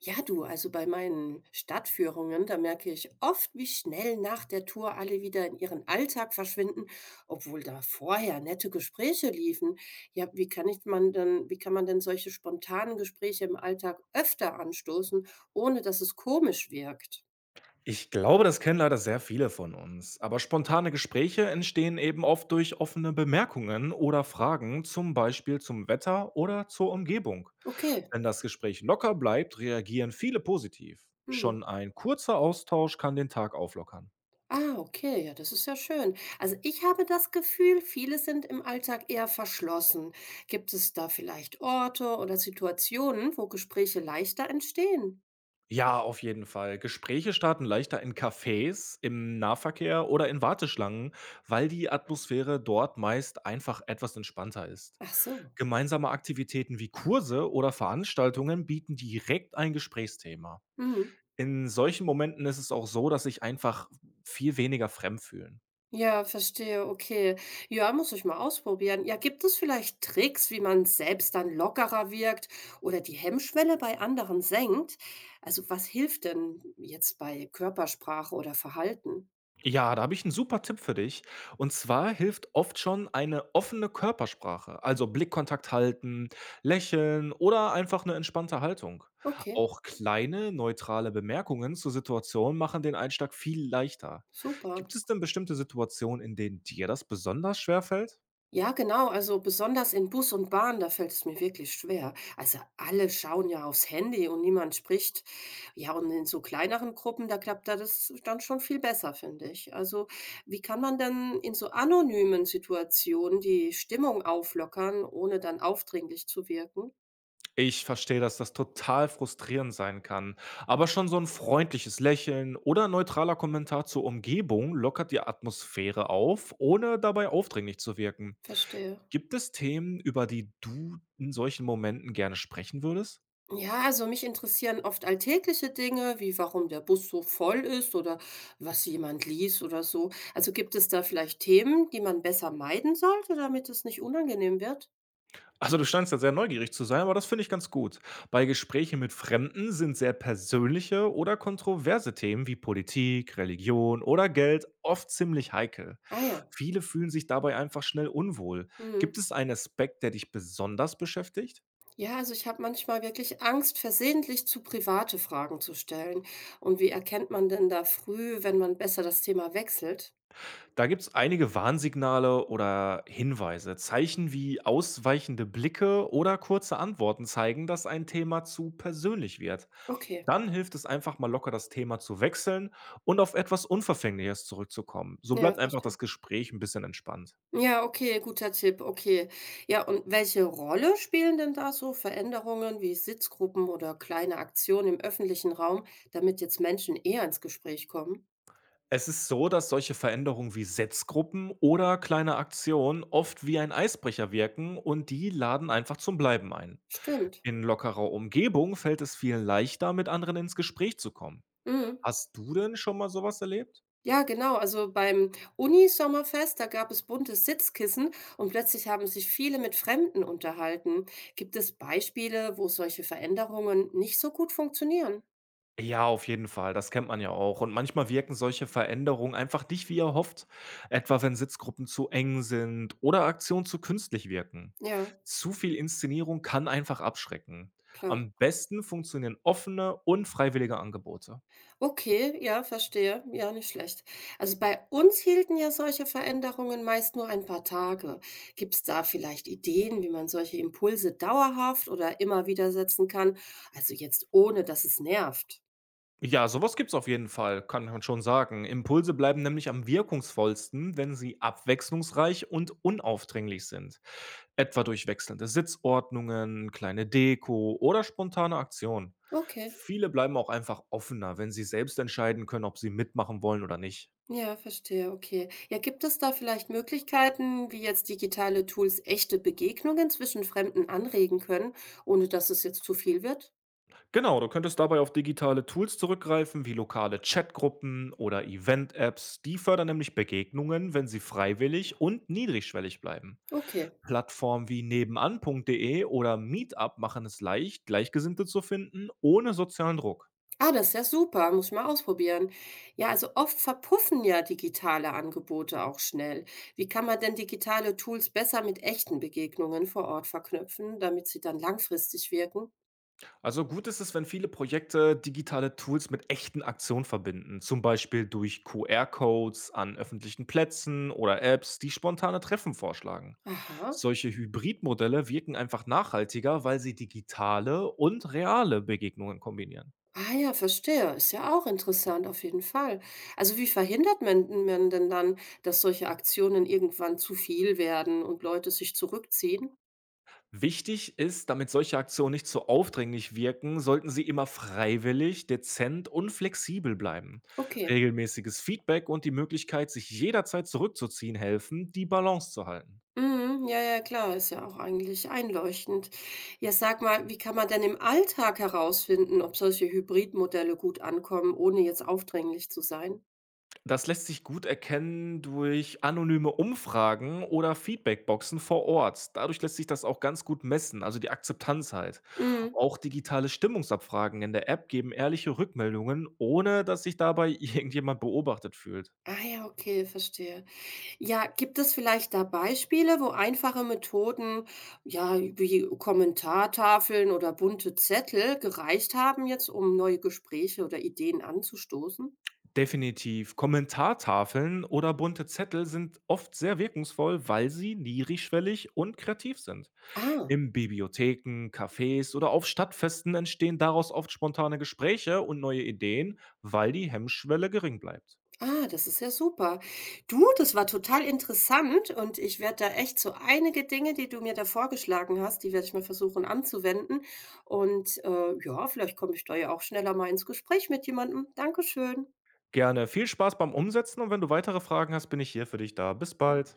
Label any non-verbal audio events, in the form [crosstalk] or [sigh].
Ja, du, also bei meinen Stadtführungen, da merke ich oft, wie schnell nach der Tour alle wieder in ihren Alltag verschwinden, obwohl da vorher nette Gespräche liefen. Ja, wie kann man denn solche spontanen Gespräche im Alltag öfter anstoßen, ohne dass es komisch wirkt? Ich glaube, das kennen leider sehr viele von uns. Aber spontane Gespräche entstehen eben oft durch offene Bemerkungen oder Fragen, zum Beispiel zum Wetter oder zur Umgebung. Okay. Wenn das Gespräch locker bleibt, reagieren viele positiv. Hm. Schon ein kurzer Austausch kann den Tag auflockern. Ah, okay, ja, das ist ja schön. Also ich habe das Gefühl, viele sind im Alltag eher verschlossen. Gibt es da vielleicht Orte oder Situationen, wo Gespräche leichter entstehen? Ja, auf jeden Fall. Gespräche starten leichter in Cafés, im Nahverkehr oder in Warteschlangen, weil die Atmosphäre dort meist einfach etwas entspannter ist. Ach so. Gemeinsame Aktivitäten wie Kurse oder Veranstaltungen bieten direkt ein Gesprächsthema. Mhm. In solchen Momenten ist es auch so, dass sich einfach viel weniger fremd fühlen. Ja, verstehe, okay. Ja, muss ich mal ausprobieren. Ja, gibt es vielleicht Tricks, wie man selbst dann lockerer wirkt oder die Hemmschwelle bei anderen senkt? Also, was hilft denn jetzt bei Körpersprache oder Verhalten? Ja, da habe ich einen super Tipp für dich. Und zwar hilft oft schon eine offene Körpersprache, also Blickkontakt halten, lächeln oder einfach eine entspannte Haltung. Okay, Auch kleine, neutrale Bemerkungen zur Situation machen den Einstieg viel leichter. super. Gibt es denn bestimmte Situationen, in denen dir das besonders schwer fällt? Ja, genau. Also besonders in Bus und Bahn, da fällt es mir wirklich schwer. Also alle schauen ja aufs Handy und niemand spricht. Ja, und in so kleineren Gruppen, da klappt da das dann schon viel besser, finde ich. Also wie kann man denn in so anonymen Situationen die Stimmung auflockern, ohne dann aufdringlich zu wirken? Ich verstehe, dass das total frustrierend sein kann. Aber schon so ein freundliches Lächeln oder ein neutraler Kommentar zur Umgebung lockert die Atmosphäre auf, ohne dabei aufdringlich zu wirken. Verstehe. Gibt es Themen, über die du in solchen Momenten gerne sprechen würdest? Ja, also mich interessieren oft alltägliche Dinge, wie warum der Bus so voll ist oder was jemand liest oder so. Also gibt es da vielleicht Themen, die man besser meiden sollte, damit es nicht unangenehm wird? Also, du scheinst ja sehr neugierig zu sein, aber das finde ich ganz gut. Bei Gesprächen mit Fremden sind sehr persönliche oder kontroverse Themen wie Politik, Religion oder Geld oft ziemlich heikel. Ah ja. Viele fühlen sich dabei einfach schnell unwohl. Mhm. Gibt es einen Aspekt, der dich besonders beschäftigt? Ja, also ich habe manchmal wirklich Angst, versehentlich zu private Fragen zu stellen. Und wie erkennt man denn da früh, wenn man besser das Thema wechselt? Da gibt's einige Warnsignale oder Hinweise. Zeichen wie ausweichende Blicke oder kurze Antworten zeigen, dass ein Thema zu persönlich wird. Okay, Dann hilft es einfach mal locker, das Thema zu wechseln und auf etwas Unverfängliches zurückzukommen. So ja, bleibt einfach verstehe. das Gespräch ein bisschen entspannt. Ja, okay, guter Tipp, okay. Ja, und welche Rolle spielen denn da so Veränderungen wie Sitzgruppen oder kleine Aktionen im öffentlichen Raum, damit jetzt Menschen eher ins Gespräch kommen? Es ist so, dass solche Veränderungen wie Setzgruppen oder kleine Aktionen oft wie ein Eisbrecher wirken und die laden einfach zum Bleiben ein. Stimmt. In lockerer Umgebung fällt es vielen leichter, mit anderen ins Gespräch zu kommen. Mhm. Hast du denn schon mal sowas erlebt? Ja, genau. Also beim Uni-Sommerfest, da gab es bunte Sitzkissen und plötzlich haben sich viele mit Fremden unterhalten. Gibt es Beispiele, wo solche Veränderungen nicht so gut funktionieren? Ja, auf jeden Fall, das kennt man ja auch. Und manchmal wirken solche Veränderungen einfach nicht wie erhofft, etwa wenn Sitzgruppen zu eng sind oder Aktionen zu künstlich wirken. Ja, Zu viel Inszenierung kann einfach abschrecken. klar. Am besten funktionieren offene und freiwillige Angebote. Okay, ja, verstehe. Ja, nicht schlecht. Also bei uns hielten ja solche Veränderungen meist nur ein paar Tage. Gibt es da vielleicht Ideen, wie man solche Impulse dauerhaft oder immer wieder setzen kann? Also jetzt ohne, dass es nervt. Ja, sowas gibt's auf jeden Fall, kann man schon sagen. Impulse bleiben nämlich am wirkungsvollsten, wenn sie abwechslungsreich und unaufdringlich sind. Etwa durch wechselnde Sitzordnungen, kleine Deko oder spontane Aktionen. Okay, Viele bleiben auch einfach offener, wenn sie selbst entscheiden können, ob sie mitmachen wollen oder nicht. ja, verstehe. Okay. Ja, gibt es da vielleicht Möglichkeiten, wie jetzt digitale Tools echte Begegnungen zwischen Fremden anregen können, ohne dass es jetzt zu viel wird? Genau, du könntest dabei auf digitale Tools zurückgreifen, wie lokale Chatgruppen oder Event-Apps. Die fördern nämlich Begegnungen, wenn sie freiwillig und niedrigschwellig bleiben. Okay. Plattformen wie nebenan.de oder Meetup machen es leicht, Gleichgesinnte zu finden, ohne sozialen Druck. Ah, das ist ja super, muss ich mal ausprobieren. Ja, also oft verpuffen ja digitale Angebote auch schnell. Wie kann man denn digitale Tools besser mit echten Begegnungen vor Ort verknüpfen, damit sie dann langfristig wirken? Also gut ist es, wenn viele Projekte digitale Tools mit echten Aktionen verbinden, zum Beispiel durch QR-Codes an öffentlichen Plätzen oder Apps, die spontane Treffen vorschlagen. Aha. Solche Hybridmodelle wirken einfach nachhaltiger, weil sie digitale und reale Begegnungen kombinieren. Ah ja, verstehe. Ist ja auch interessant, auf jeden Fall. Also wie verhindert man denn dann, dass solche Aktionen irgendwann zu viel werden und Leute sich zurückziehen? Wichtig ist, damit solche Aktionen nicht zu aufdringlich wirken, sollten sie immer freiwillig, dezent und flexibel bleiben. Okay. Regelmäßiges Feedback und die Möglichkeit, sich jederzeit zurückzuziehen, helfen, die Balance zu halten. Mhm. Ja, ja, klar, ist ja auch eigentlich einleuchtend. Ja, sag mal, wie kann man denn im Alltag herausfinden, ob solche Hybridmodelle gut ankommen, ohne jetzt aufdringlich zu sein? Das lässt sich gut erkennen durch anonyme Umfragen oder Feedbackboxen vor Ort. Dadurch lässt sich das auch ganz gut messen, also die Akzeptanz halt. Mhm. Auch digitale Stimmungsabfragen in der App geben ehrliche Rückmeldungen, ohne dass sich dabei [laughs] irgendjemand beobachtet fühlt. Ah ja, okay, verstehe. Ja, gibt es vielleicht da Beispiele, wo einfache Methoden, ja, wie Kommentartafeln oder bunte Zettel gereicht haben jetzt, um neue Gespräche oder Ideen anzustoßen? Definitiv. Kommentartafeln oder bunte Zettel sind oft sehr wirkungsvoll, weil sie niedrigschwellig und kreativ sind. Ah. In Bibliotheken, Cafés oder auf Stadtfesten entstehen daraus oft spontane Gespräche und neue Ideen, weil die Hemmschwelle gering bleibt. Ah, das ist ja super. Du, das war total interessant und ich werde da echt so einige Dinge, die du mir da vorgeschlagen hast, die werde ich mal versuchen anzuwenden. Und ja, vielleicht komme ich da ja auch schneller mal ins Gespräch mit jemandem. Dankeschön. Gerne viel Spaß beim Umsetzen und wenn du weitere Fragen hast, bin ich hier für dich da. Bis bald.